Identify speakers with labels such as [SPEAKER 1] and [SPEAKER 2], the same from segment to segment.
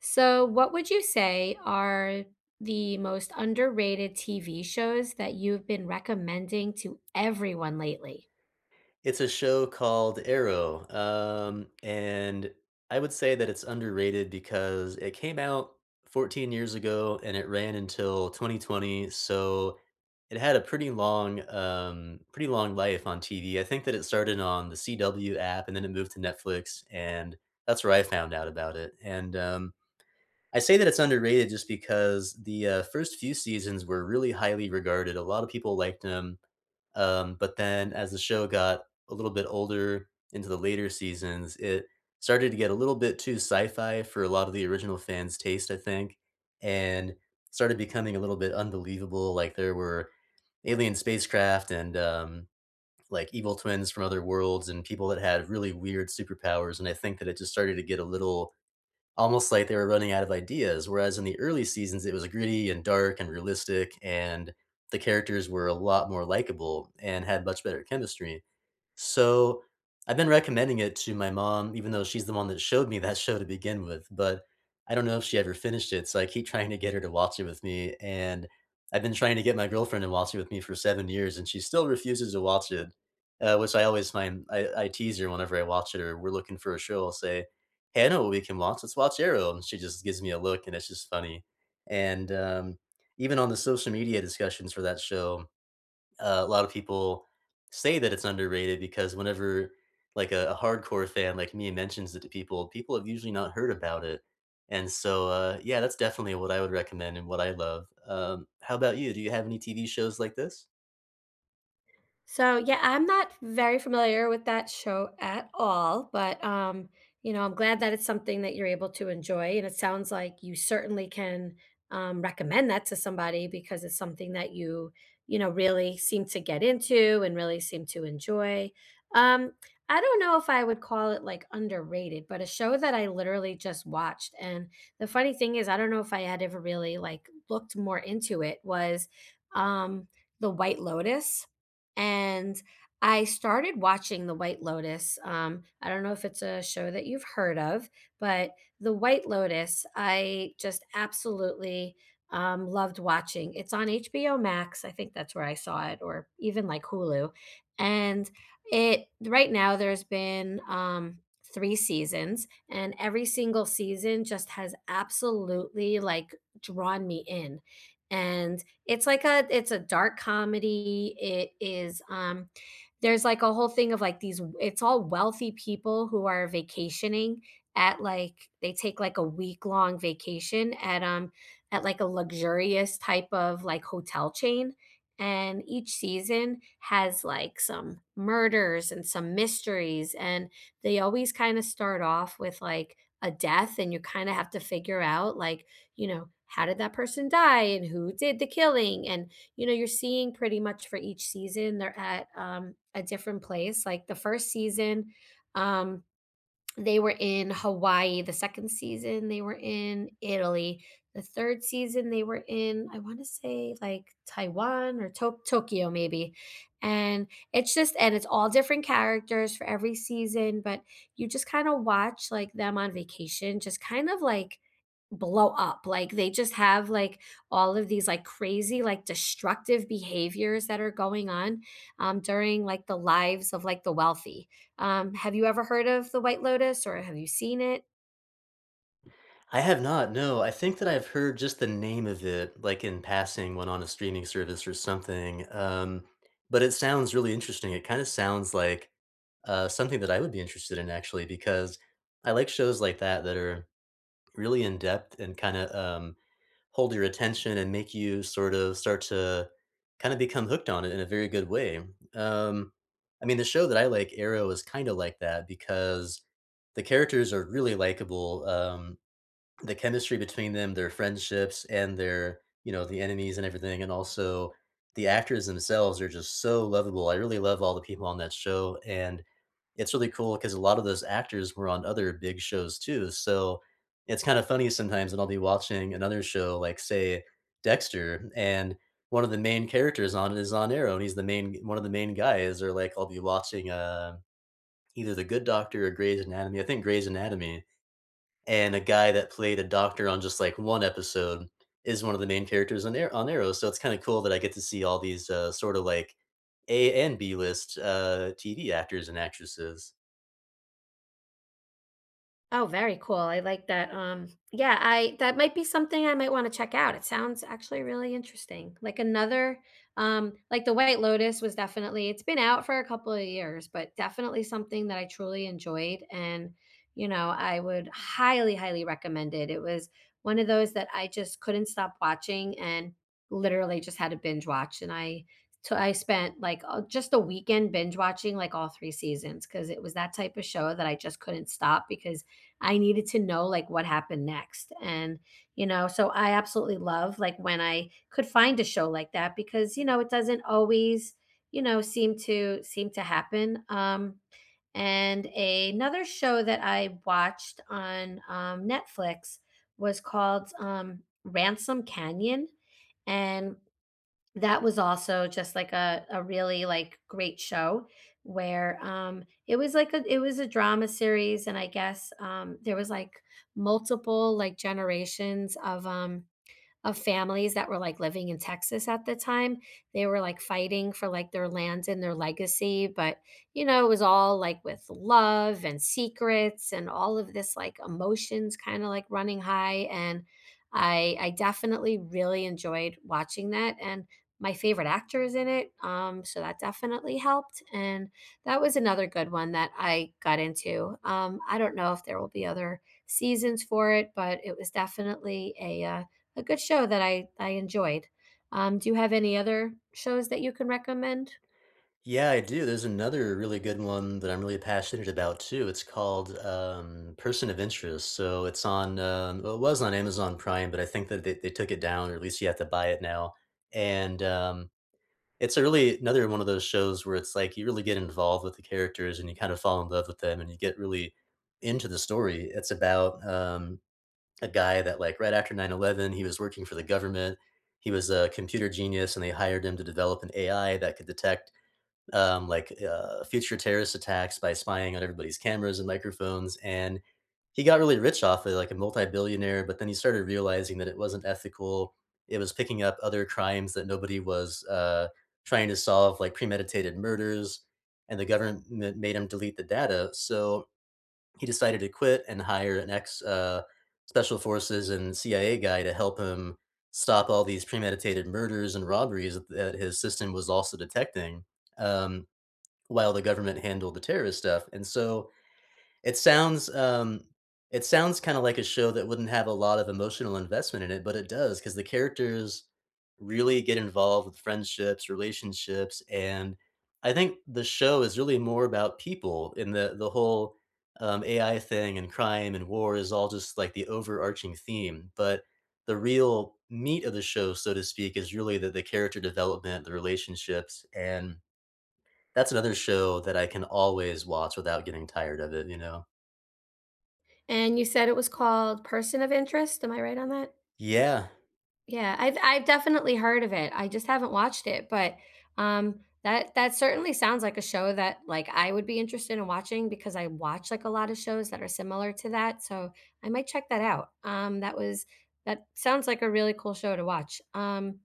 [SPEAKER 1] So, what would you say are the most underrated TV shows that you've been recommending to everyone lately?
[SPEAKER 2] It's a show called Arrow, and I would say that it's underrated because it came out 14 years ago and it ran until 2020, so it had a pretty long, pretty long life on TV. I think that it started on the CW app and then it moved to Netflix, and that's where I found out about it, and I say that it's underrated just because the first few seasons were really highly regarded. A lot of people liked them. But then as the show got a little bit older into the later seasons, it started to get a little bit too sci-fi for a lot of the original fans' taste, I think, and started becoming a little bit unbelievable. Like there were alien spacecraft and like evil twins from other worlds and people that had really weird superpowers, and I think that it just started to get a little almost like they were running out of ideas. Whereas in the early seasons, it was gritty and dark and realistic, and the characters were a lot more likable and had much better chemistry. So I've been recommending it to my mom, even though she's the one that showed me that show to begin with. But I don't know if she ever finished it. So I keep trying to get her to watch it with me. And I've been trying to get my girlfriend to watch it with me for 7 years, and she still refuses to watch it, which I always find I tease her whenever I watch it or we're looking for a show. I'll say, Hannah we can watch. Let's watch Arrow. And she just gives me a look, and it's just funny. And Even on the social media discussions for that show, a lot of people say that it's underrated because whenever like a hardcore fan like me mentions it to people, people have usually not heard about it. And so, yeah, that's definitely what I would recommend and what I love. How about you? Do you have any TV shows like this?
[SPEAKER 1] So, yeah, I'm not very familiar with that show at all, but you know, I'm glad that it's something that you're able to enjoy, and it sounds like you certainly can recommend that to somebody because it's something that you know, really seem to get into and really seem to enjoy. Um, I don't know if I would call it like underrated, but a show that I literally just watched, and the funny thing is, I don't know if I had ever really like looked more into it was um, The White Lotus, and I started watching The White Lotus. I don't know if it's a show that you've heard of, but The White Lotus, I just absolutely loved watching. It's on HBO Max. I think that's where I saw it, or even like Hulu. And it right now there's been three seasons, and every single season just has absolutely like drawn me in. And it's a dark comedy. It is, there's, like, a whole thing of, like, these it's all wealthy people who are vacationing at, like they take, like, a week-long vacation at, like, a luxurious type of, like, hotel chain, and each season has, like, some murders and some mysteries, and they always kinda start off with, like, a death, and you kinda have to figure out, like, you know, how did that person die and who did the killing? And, you know, you're seeing pretty much for each season, they're at a different place. Like the first season, um, they were in Hawaii. The second season, they were in Italy. The third season, they were in, I want to say like Taiwan or Tokyo, maybe. And it's just, and it's all different characters for every season, but you just kind of watch like them on vacation, just kind of like blow up. Like they just have like all of these like crazy, like destructive behaviors that are going on during like the lives of like the wealthy. Have you ever heard of the White Lotus or have you seen it?
[SPEAKER 2] I have not, no, I think that I've heard just the name of it, like, in passing when on a streaming service or something, but it sounds really interesting, it kinda sounds like, something that I would be interested in actually because I like shows like that that are really in-depth and kinda, hold your attention and make you sort of start to kinda become hooked on it in a very good way, um, I mean, the show that I like, Arrow, is kinda like that because the characters are really likable, the chemistry between them, their friendships and their, you know, the enemies and everything, and also the actors themselves are just so lovable. I really love all the people on that show, and it's really cool because a lot of those actors were on other big shows too. So it's kind of funny sometimes when I'll be watching another show, like say Dexter, and one of the main characters on it is on Arrow, and he's the main one of the main guys. Or like I'll be watching either The Good Doctor or Grey's Anatomy. I think Grey's Anatomy, and a guy that played a doctor on just, like, one episode is one of the main characters on Ar on Arrow, so it's kinda cool that I get to see all these, sorta, like, A and B-list, TV actors and actresses.
[SPEAKER 1] Oh, very cool. I like that. Yeah, I that might be something I might want to check out. It sounds actually really interesting. Like another, like the White Lotus was definitely it's been out for a couple of years, but definitely something that I truly enjoyed and you know, I would highly, highly recommend it. It was one of those that I just couldn't stop watching and literally just had to binge watch. And I, so I spent like just a weekend binge watching like all three seasons because it was that type of show that I just couldn't stop because I needed to know like what happened next. And, you know, so I absolutely love like when I could find a show like that because, you know, it doesn't always, you know, seem to happen. And another show that I watched on Netflix was called Ransom Canyon. And that was also just like a really like great show where it was a drama series, and I guess there was like multiple like generations of families that were like living in Texas at the time. They were like fighting for like their land and their legacy, but you know, it was all like with love and secrets and all of this like emotions kind of like running high, and I definitely really enjoyed watching that, and my favorite actor is in it. So that definitely helped, and that was another good one that I got into. I don't know if there will be other seasons for it, but it was definitely a good show that I enjoyed. Do you have any other shows that you can recommend?
[SPEAKER 2] Yeah, I do, there's another really good one that I'm really passionate about too, it's called, Person of Interest, so it's on, well, it was on Amazon Prime, but I think that they took it down, or at least you have to buy it now, and. It's a really another one of those shows where it's like you really get involved with the characters and you kind of fall in love with them and you get really into the story. It's about, a guy that, like, right after 9/11, he was working for the government. He was a computer genius, and they hired him to develop an AI that could detect future terrorist attacks by spying on everybody's cameras and microphones. And he got really rich off it, like a multi-billionaire. But then he started realizing that it wasn't ethical. It was picking up other crimes that nobody was trying to solve, like premeditated murders. And the government made him delete the data. So he decided to quit and hire an ex special forces and CIA guy to help him stop all these premeditated murders and robberies that his system was also detecting. Um, while the government handled the terrorist stuff. And so, it sounds um it sounds kind of like a show that wouldn't have a lot of emotional investment in it, but it does because the characters really get involved with friendships, relationships, and I think the show is really more about people and the whole AI thing and crime and war is all just like the overarching theme. But the real meat of the show, so to speak, is really the character development, the relationships, and that's another show that I can always watch without getting tired of it, you know?
[SPEAKER 1] And you said it was called Person of Interest. Am I right on that?
[SPEAKER 2] Yeah.
[SPEAKER 1] Yeah, I've definitely heard of it. I just haven't watched it, but, that that certainly sounds like a show that, like, I would be interested in watching because I watch, like, a lot of shows that are similar to that, so I might check that out. That was that sounds like a really cool show to watch.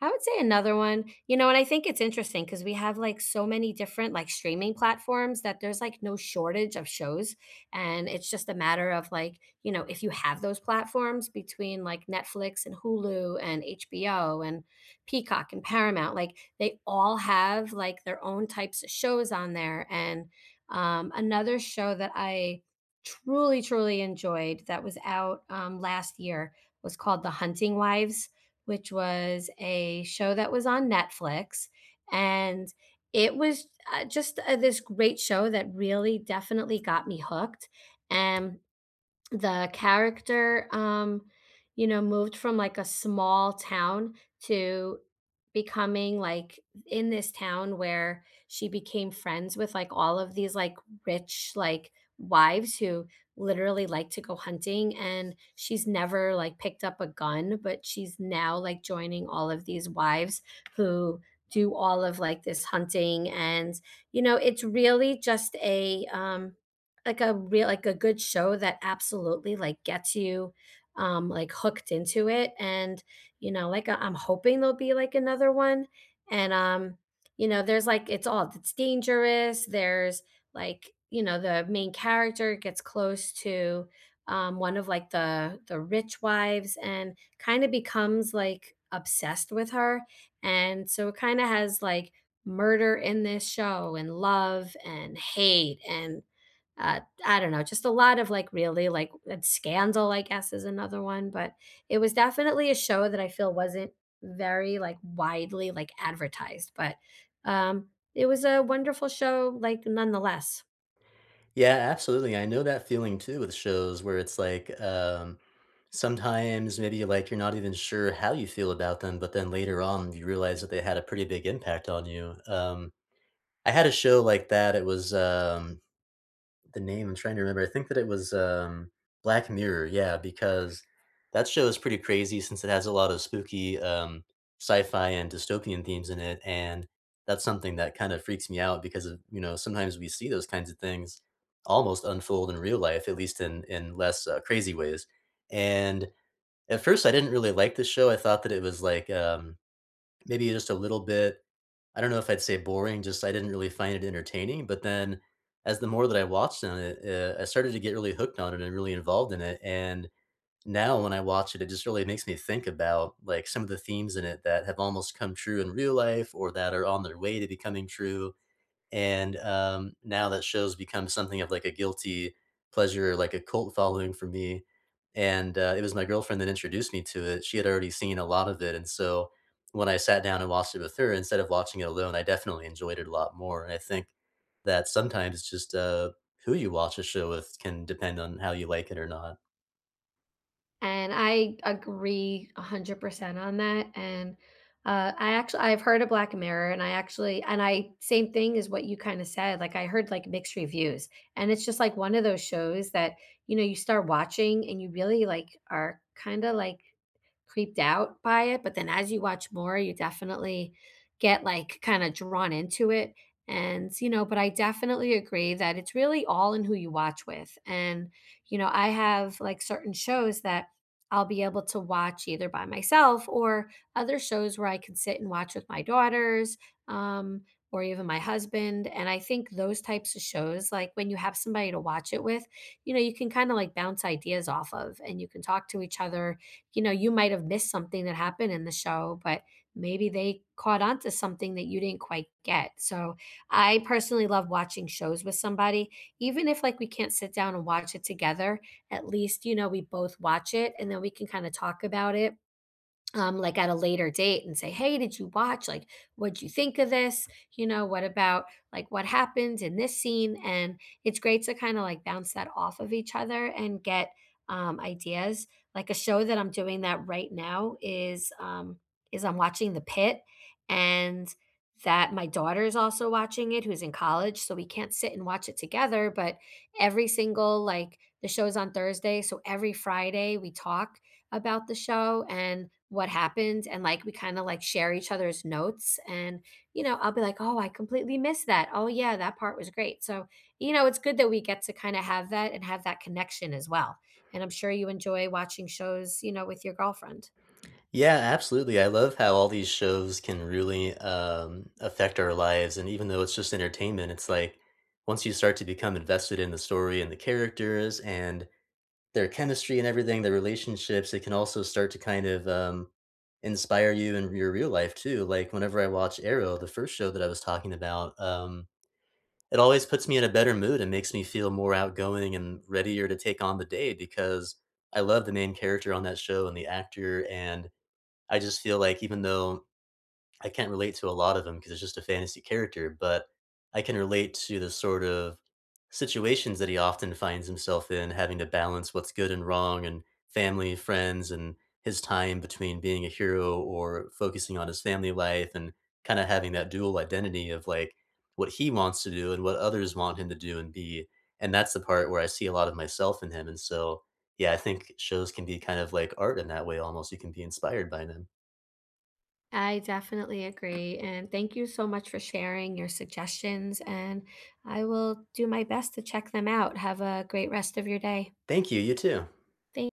[SPEAKER 1] I would say another one you know, and I think it's interesting because we have, like, so many different, like, streaming platforms that there's, like, no shortage of shows, and it's just a matter of like, you know, if you have those platforms between like Netflix and Hulu and HBO and Peacock and Paramount, like they all have like their own types of shows on there. And another show that I truly, truly enjoyed that was out last year was called The Hunting Wives, which was a show that was on Netflix. And it was, just, this great show that really definitely got me hooked, and the character, you know, moved from, like, a small town to becoming, like, in this town where she became friends with, like, all of these, like, rich, like, wives who literally like to go hunting, and she's never, like, picked up a gun, but she's now, like, joining all of these wives who do all of, like, this hunting, and, you know, it's really just a, like a real like a good show that absolutely, like, gets you, like, hooked into it, and, you know, like, I'm hoping there'll be, like, another one, and, you know, there's, like it's all it's dangerous, there's, like, you know, the main character gets close to, one of, like, the rich wives and kinda becomes, like, obsessed with her, and so it kinda has, like, murder in this show and love and hate and I don't know, just a lot of, like, really, like, Scandal, I guess, is another one, but it was definitely a show that I feel wasn't very, like, widely, like, advertised, but, it was a wonderful show, like, nonetheless.
[SPEAKER 2] Yeah, absolutely, I know that feeling too with shows where it's like, sometimes maybe, like, you're not even sure how you feel about them, but then later on, you realize that they had a pretty big impact on you, I had a show like that, it was, the name, I'm trying to remember. I think that it was, Black Mirror, yeah, because that show is pretty crazy since it has a lot of spooky, sci-fi and dystopian themes in it, and that's something that kind of freaks me out because of you know, sometimes we see those kinds of things almost unfold in real life, at least in less, crazy ways, and at first, I didn't really like the show. I thought that it was, like, maybe just a little bit I don't know if I'd say boring, just I didn't really find it entertaining, but then as the more that I watched on it, I started to get really hooked on it and really involved in it, and now when I watch it, it just really makes me think about, like, some of the themes in it that have almost come true in real life or that are on their way to becoming true, and now that show's become something of, like, a guilty pleasure, like a cult following for me, and it was my girlfriend that introduced me to it. She had already seen a lot of it, and so when I sat down and watched it with her, instead of watching it alone, I definitely enjoyed it a lot more, and I think that sometimes just, who you watch a show with can depend on how you like it or not.
[SPEAKER 1] And I agree 100% on that, and, I actually I've heard of Black Mirror, and I actually and I same thing as what you kinda said, like, I heard, like, mixed reviews, and it's just, like, one of those shows that, you know, you start watching and you really, like, are kinda, like, creeped out by it, but then as you watch more, you definitely get, like, kinda drawn into it, and, you know, but I definitely agree that it's really all in who you watch with, and, you know, I have, like, certain shows that I'll be able to watch either by myself, or other shows where I can sit and watch with my daughters um, or even my husband. And I think those types of shows, like when you have somebody to watch it with, you know, you can kind of like bounce ideas off of and you can talk to each other. You know, you might have missed something that happened in the show, but maybe they caught on to something that you didn't quite get. So I personally love watching shows with somebody, even if like we can't sit down and watch it together, at least, you know, we both watch it and then we can kind of talk about it like at a later date and say, "Hey, did you watch? Like, what'd you think of this? You know, what about like what happened in this scene?" And it's great to kind of like bounce that off of each other and get ideas. Like a show that I'm doing that right now is I'm watching The Pit, and that my daughter is also watching it, who's in college, so we can't sit and watch it together. But every single like the show's on Thursday, so every Friday we talk about the show and what happened, and like we kind of like share each other's notes, and you know, I'll be like, oh, I completely missed that. Oh, yeah, that part was great. So you know, it's good that we get to kind of have that and have that connection as well, and I'm sure you enjoy watching shows, you know, with your girlfriend.
[SPEAKER 2] Yeah, absolutely. I love how all these shows can really affect our lives. And even though it's just entertainment, it's like once you start to become invested in the story and the characters and their chemistry and everything, their relationships, it can also start to kind of inspire you in your real life too. Like whenever I watch Arrow, the first show that I was talking about, it always puts me in a better mood and makes me feel more outgoing and readier to take on the day because I love the main character on that show and the actor and I just feel like even though I can't relate to a lot of them because it's just a fantasy character, but I can relate to the sort of situations that he often finds himself in, having to balance what's good and wrong and family, friends, and his time between being a hero or focusing on his family life and kind of having that dual identity of like what he wants to do and what others want him to do and be. And that's the part where I see a lot of myself in him. And so, yeah, I think shows can be kind of like art in that way almost. You can be inspired by them.
[SPEAKER 1] I definitely agree. And thank you so much for sharing your suggestions. And I will do my best to check them out. Have a great rest of your day.
[SPEAKER 2] Thank you. You too.
[SPEAKER 1] Thank